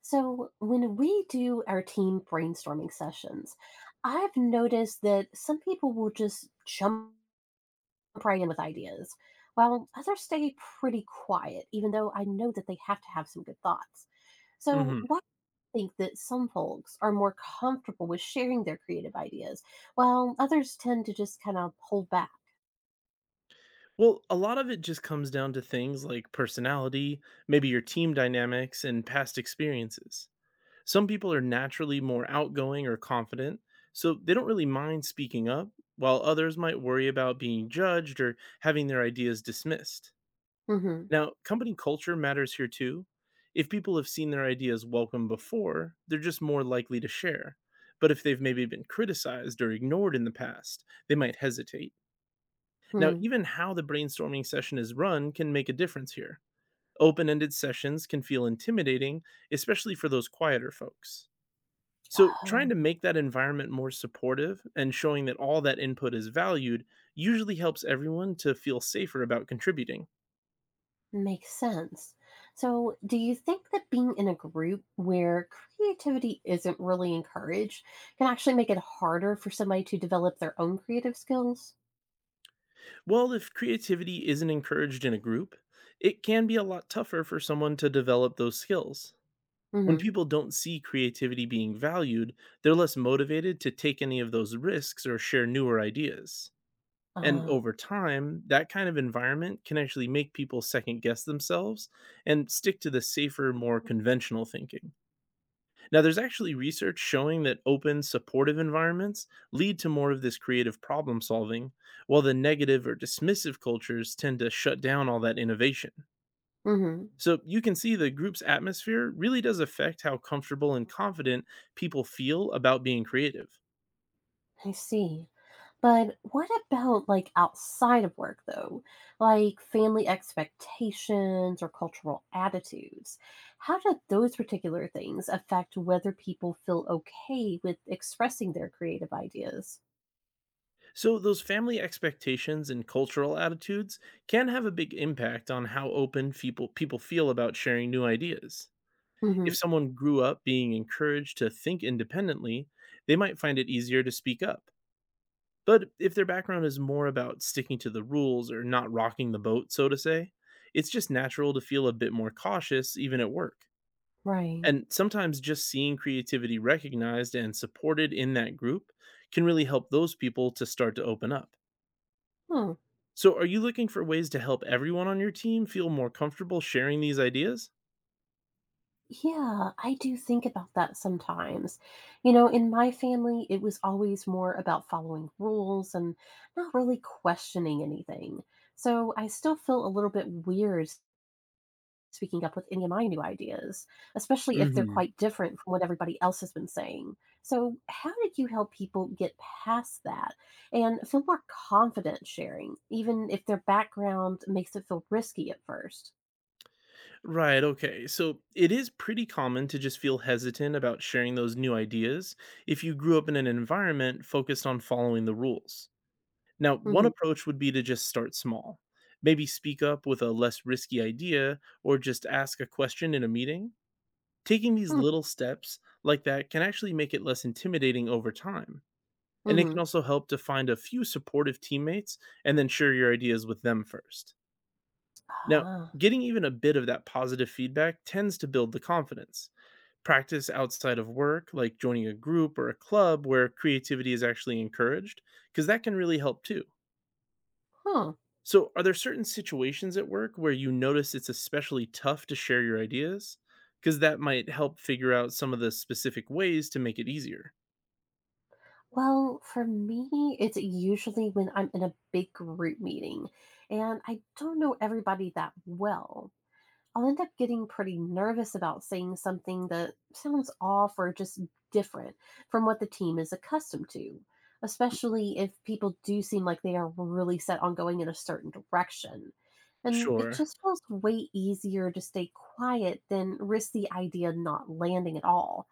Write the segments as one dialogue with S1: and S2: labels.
S1: So, when we do our team brainstorming sessions, I've noticed that some people will just jump right in with ideas, while others stay pretty quiet, even though I know that they have to have some good thoughts. So,
S2: Mhm.
S1: why do you think that some folks are more comfortable with sharing their creative ideas, while others tend to just kind of hold back?
S2: Well, a lot of it just comes down to things like personality, maybe your team dynamics, and past experiences. Some people are naturally more outgoing or confident, so they don't really mind speaking up, while others might worry about being judged or having their ideas dismissed.
S1: Hmm
S2: Now, company culture matters here too. If people have seen their ideas welcome before, they're just more likely to share. But if they've maybe been criticized or ignored in the past, they might hesitate. Now, even how the brainstorming session is run can make a difference here. Open ended sessions can feel intimidating, especially for those quieter folks. So, trying to make that environment more supportive and showing that all that input is valued usually helps everyone to feel safer about contributing.
S1: Makes sense. So, do you think that being in a group where creativity isn't really encouraged can actually make it harder for somebody to develop their own creative skills?
S2: Well, if creativity isn't encouraged in a group, it can be a lot tougher for someone to develop those skills. When
S1: Mm-hmm.
S2: people don't see creativity being valued, they're less motivated to take any of those risks or share newer ideas. And
S1: Uh,
S2: over time, that kind of environment can actually make people second guess themselves and stick to the safer, more conventional thinking. Now, there's actually research showing that open, supportive environments lead to more of this creative problem solving, while the negative or dismissive cultures tend to shut down all that innovation.
S1: mm-hmm.
S2: So, you can see the group's atmosphere really does affect how comfortable and confident people feel about being creative.
S1: I see. But what about like outside of work though? Like family expectations or cultural attitudes? How do those particular things affect whether people feel okay with expressing their creative ideas?
S2: So, those family expectations and cultural attitudes can have a big impact on how open people feel about sharing new ideas.
S1: Mm-hmm.
S2: If someone grew up being encouraged to think independently, they might find it easier to speak up. But if their background is more about sticking to the rules or not rocking the boat, so to say, it's just natural to feel a bit more cautious, even at work.
S1: Right.
S2: And sometimes just seeing creativity recognized and supported in that group can really help those people to start to open up.
S1: Hmm.
S2: So, are you looking for ways to help everyone on your team feel more comfortable sharing these ideas?
S1: Yeah, I do think about that sometimes. In my family, it was always more about following rules and not really questioning anything. So I still feel a little bit weird speaking up with any of my new ideas, especially if they're
S2: hmm
S1: quite different from what everybody else has been saying. So, how did you help people get past that and feel more confident sharing, even if their background makes it feel risky at first?
S2: Right, okay. So, it is pretty common to just feel hesitant about sharing those new ideas if you grew up in an environment focused on following the rules. Now, one
S1: Mm-hmm.
S2: approach would be to just start small. Maybe speak up with a less risky idea or just ask a question in a meeting. Taking these
S1: Mm-hmm.
S2: little steps like that can actually make it less intimidating over time. And it
S1: Mm-hmm.
S2: can also help to find a few supportive teammates and then share your ideas with them first. Now,
S1: Ah,
S2: getting even a bit of that positive feedback tends to build the confidence. Practice outside of work, like joining a group or a club where creativity is actually encouraged, because that can really help too.
S1: huh.
S2: So, are there certain situations at work where you notice it's especially tough to share your ideas? Because that might help figure out some of the specific ways to make it easier.
S1: Well, for me, it's usually when I'm in a big group meeting and I don't know everybody that well. I'll end up getting pretty nervous about saying something that sounds off or just different from what the team is accustomed to, especially if people do seem like they are really set on going in a certain direction. And it
S2: Sure.
S1: just feels way easier to stay quiet than risk the idea of not landing at all.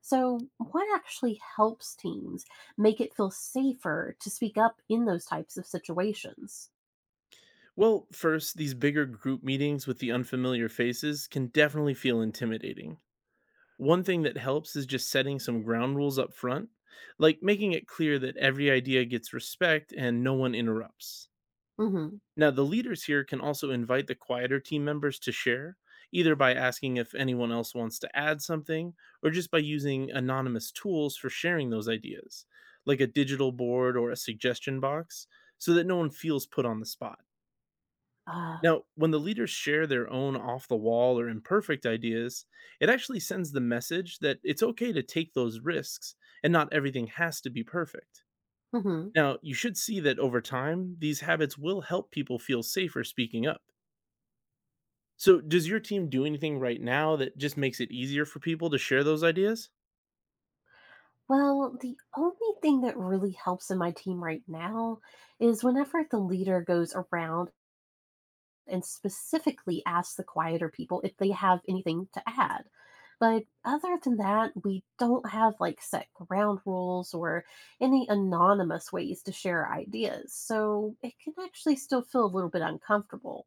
S1: So, what actually helps teens make it feel safer to speak up in those types of situations?
S2: Well, first, these bigger group meetings with the unfamiliar faces can definitely feel intimidating. One thing that helps is just setting some ground rules up front, like making it clear that every idea gets respect and no one interrupts.
S1: Mm-hmm.
S2: Now, the leaders here can also invite the quieter team members to share, either by asking if anyone else wants to add something or just by using anonymous tools for sharing those ideas, like a digital board or a suggestion box, so that no one feels put on the spot.
S1: Uh,
S2: Now, when the leaders share their own off the wall or imperfect ideas, it actually sends the message that it's okay to take those risks and not everything has to be perfect.
S1: hmm.
S2: Now, you should see that over time, these habits will help people feel safer speaking up. So, does your team do anything right now that just makes it easier for people to share those ideas?
S1: Well, the only thing that really helps in my team right now is whenever the leader goes around and specifically ask the quieter people if they have anything to add. But other than that, we don't have like set ground rules or any anonymous ways to share ideas, so it can actually still feel a little bit uncomfortable.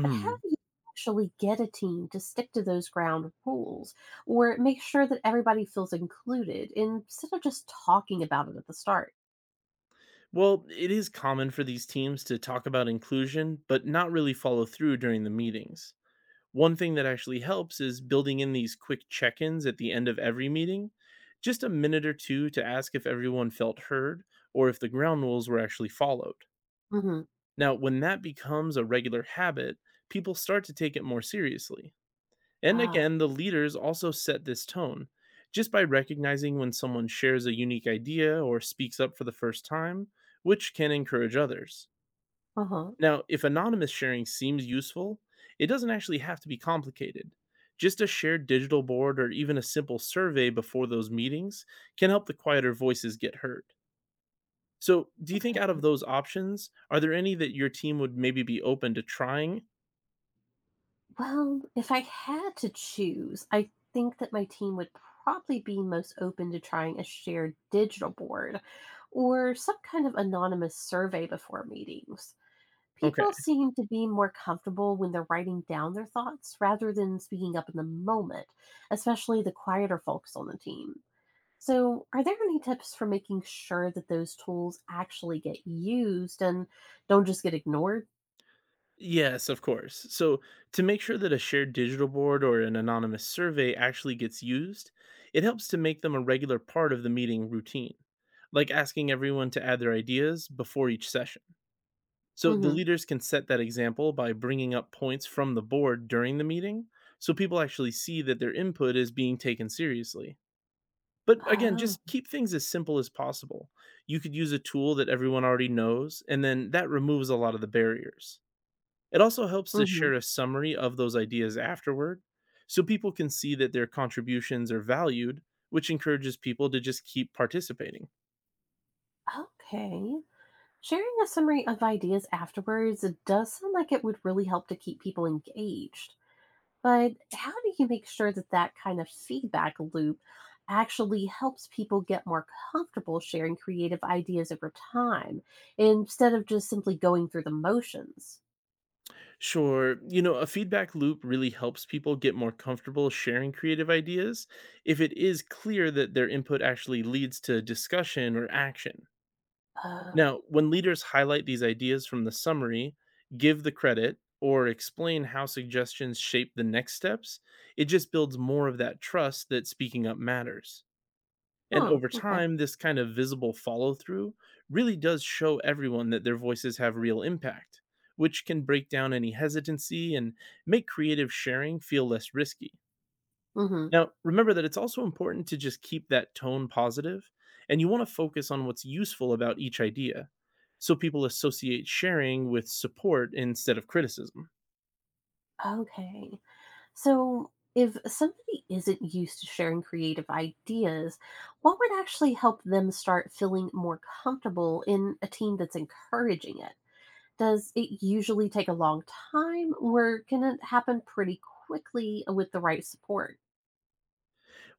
S1: But how do you actually get a team to stick to those ground rules or make sure that everybody feels included instead of just talking about it at the start?
S2: Well, it is common for these teams to talk about inclusion, but not really follow through during the meetings. One thing that actually helps is building in these quick check ins at the end of every meeting, just a minute or two to ask if everyone felt heard or if the ground rules were actually followed.
S1: Mm-hmm.
S2: Now, when that becomes a regular habit, people start to take it more seriously. And
S1: Ah,
S2: again, the leaders also set this tone. Just by recognizing when someone shares a unique idea or speaks up for the first time, which can encourage others.
S1: uh huh.
S2: Now, if anonymous sharing seems useful, it doesn't actually have to be complicated. Just a shared digital board or even a simple survey before those meetings can help the quieter voices get heard. So, do you think
S1: Okay.
S2: out of those options, are there any that your team would maybe be open to trying?
S1: Well, if I had to choose, I think that my team would probably be most open to trying a shared digital board or some kind of anonymous survey before meetings. People
S2: Okay.
S1: seem to be more comfortable when they're writing down their thoughts rather than speaking up in the moment, especially the quieter folks on the team. So, are there any tips for making sure that those tools actually get used and don't just get ignored?
S2: Yes, of course. So, to make sure that a shared digital board or an anonymous survey actually gets used, it helps to make them a regular part of the meeting routine, like asking everyone to add their ideas before each session. So the
S1: Hmm
S2: leaders can set that example by bringing up points from the board during the meeting so people actually see that their input is being taken seriously. But again,
S1: Oh,
S2: just keep things as simple as possible. You could use a tool that everyone already knows, and then that removes a lot of the barriers. It also helps to
S1: hmm
S2: share a summary of those ideas afterward so people can see that their contributions are valued, which encourages people to just keep participating.
S1: okay. Sharing a summary of ideas afterwards does sound like it would really help to keep people engaged. But how do you make sure that that kind of feedback loop actually helps people get more comfortable sharing creative ideas over time instead of just simply going through the motions?
S2: Sure. You know, a feedback loop really helps people get more comfortable sharing creative ideas if it is clear that their input actually leads to discussion or action.
S1: Oh,
S2: Now, when leaders highlight these ideas from the summary, give the credit, or explain how suggestions shape the next steps, it just builds more of that trust that speaking up matters. And
S1: huh,
S2: over
S1: okay.
S2: time, this kind of visible follow through really does show everyone that their voices have real impact, which can break down any hesitancy and make creative sharing feel less risky.
S1: Hmm.
S2: Now, remember that it's also important to just keep that tone positive, and you want to focus on what's useful about each idea so people associate sharing with support instead of criticism.
S1: Okay. So, if somebody isn't used to sharing creative ideas, what would actually help them start feeling more comfortable in a team that's encouraging it? Does it usually take a long time, or can it happen pretty quickly with the right support?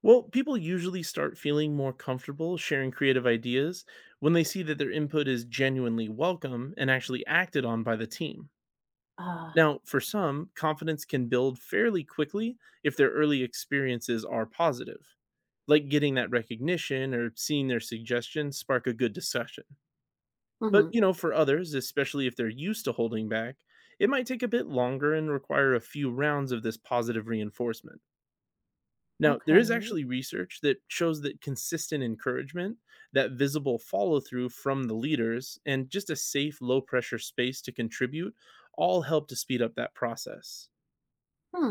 S2: Well, people usually start feeling more comfortable sharing creative ideas when they see that their input is genuinely welcome and actually acted on by the team.
S1: Uh,
S2: Now, for some, confidence can build fairly quickly if their early experiences are positive, like getting that recognition or seeing their suggestions spark a good discussion. But,
S1: mhm,
S2: you know, for others, especially if they're used to holding back, it might take a bit longer and require a few rounds of this positive reinforcement. Now, there is
S1: okay.
S2: actually research that shows that consistent encouragement, that visible follow through from the leaders, and just a safe, low pressure space to contribute all help to speed up that process.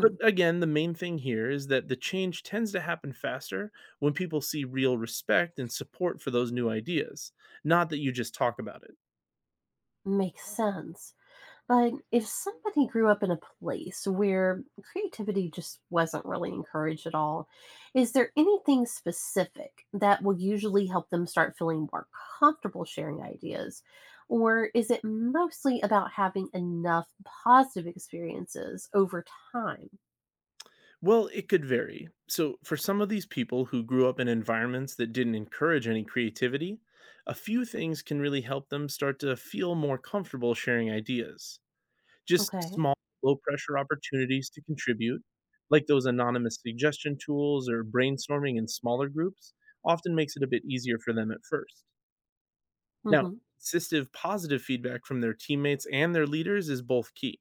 S2: But again, the main thing here is that the change tends to happen faster when people see real respect and support for those new ideas, not that you just talk about it.
S1: Makes sense. But if somebody grew up in a place where creativity just wasn't really encouraged at all, is there anything specific that will usually help them start feeling more comfortable sharing ideas? Or is it mostly about having enough positive experiences over time?
S2: Well, it could vary. So, for some of these people who grew up in environments that didn't encourage any creativity, a few things can really help them start to feel more comfortable sharing ideas. Just
S1: Okay.
S2: small, low pressure opportunities to contribute, like those anonymous suggestion tools or brainstorming in smaller groups, often makes it a bit easier for them at first. Now,
S1: Hmm.
S2: consistent positive feedback from their teammates and their leaders is both key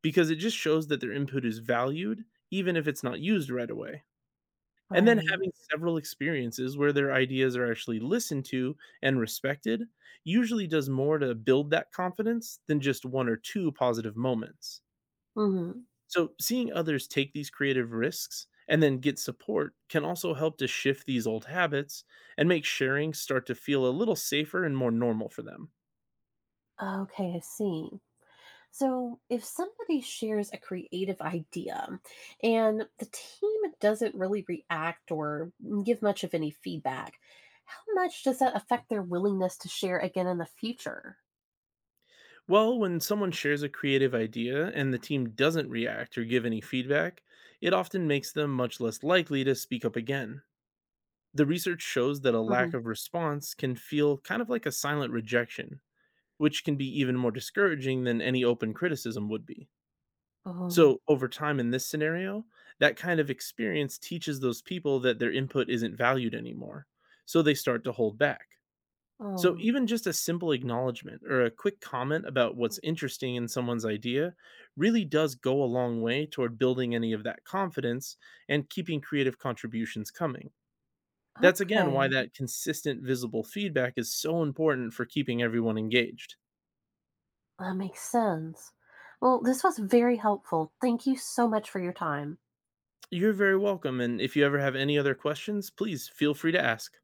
S2: because it just shows that their input is valued, even if it's not used right away. And then
S1: Right.
S2: having several experiences where their ideas are actually listened to and respected usually does more to build that confidence than just one or two positive moments.
S1: Hmm.
S2: So, seeing others take these creative risks and then get support can also help to shift these old habits and make sharing start to feel a little safer and more normal for them.
S1: Okay, I see. So, if somebody shares a creative idea and the team doesn't really react or give much of any feedback, how much does that affect their willingness to share again in the future?
S2: Well, when someone shares a creative idea and the team doesn't react or give any feedback, it often makes them much less likely to speak up again. The research shows that a lack
S1: Hmm.
S2: of response can feel kind of like a silent rejection, which can be even more discouraging than any open criticism would be.
S1: Oh,
S2: So, over time in this scenario, that kind of experience teaches those people that their input isn't valued anymore. So, they start to hold back. So,
S1: oh,
S2: even just a simple acknowledgement or a quick comment about what's interesting in someone's idea really does go a long way toward building any of that confidence and keeping creative contributions coming. That's again why
S1: okay.
S2: that consistent visible feedback is so important for keeping everyone engaged.
S1: That makes sense. Well, this was very helpful. Thank you so much for your time.
S2: You're very welcome, and if you ever have any other questions, please feel free to ask.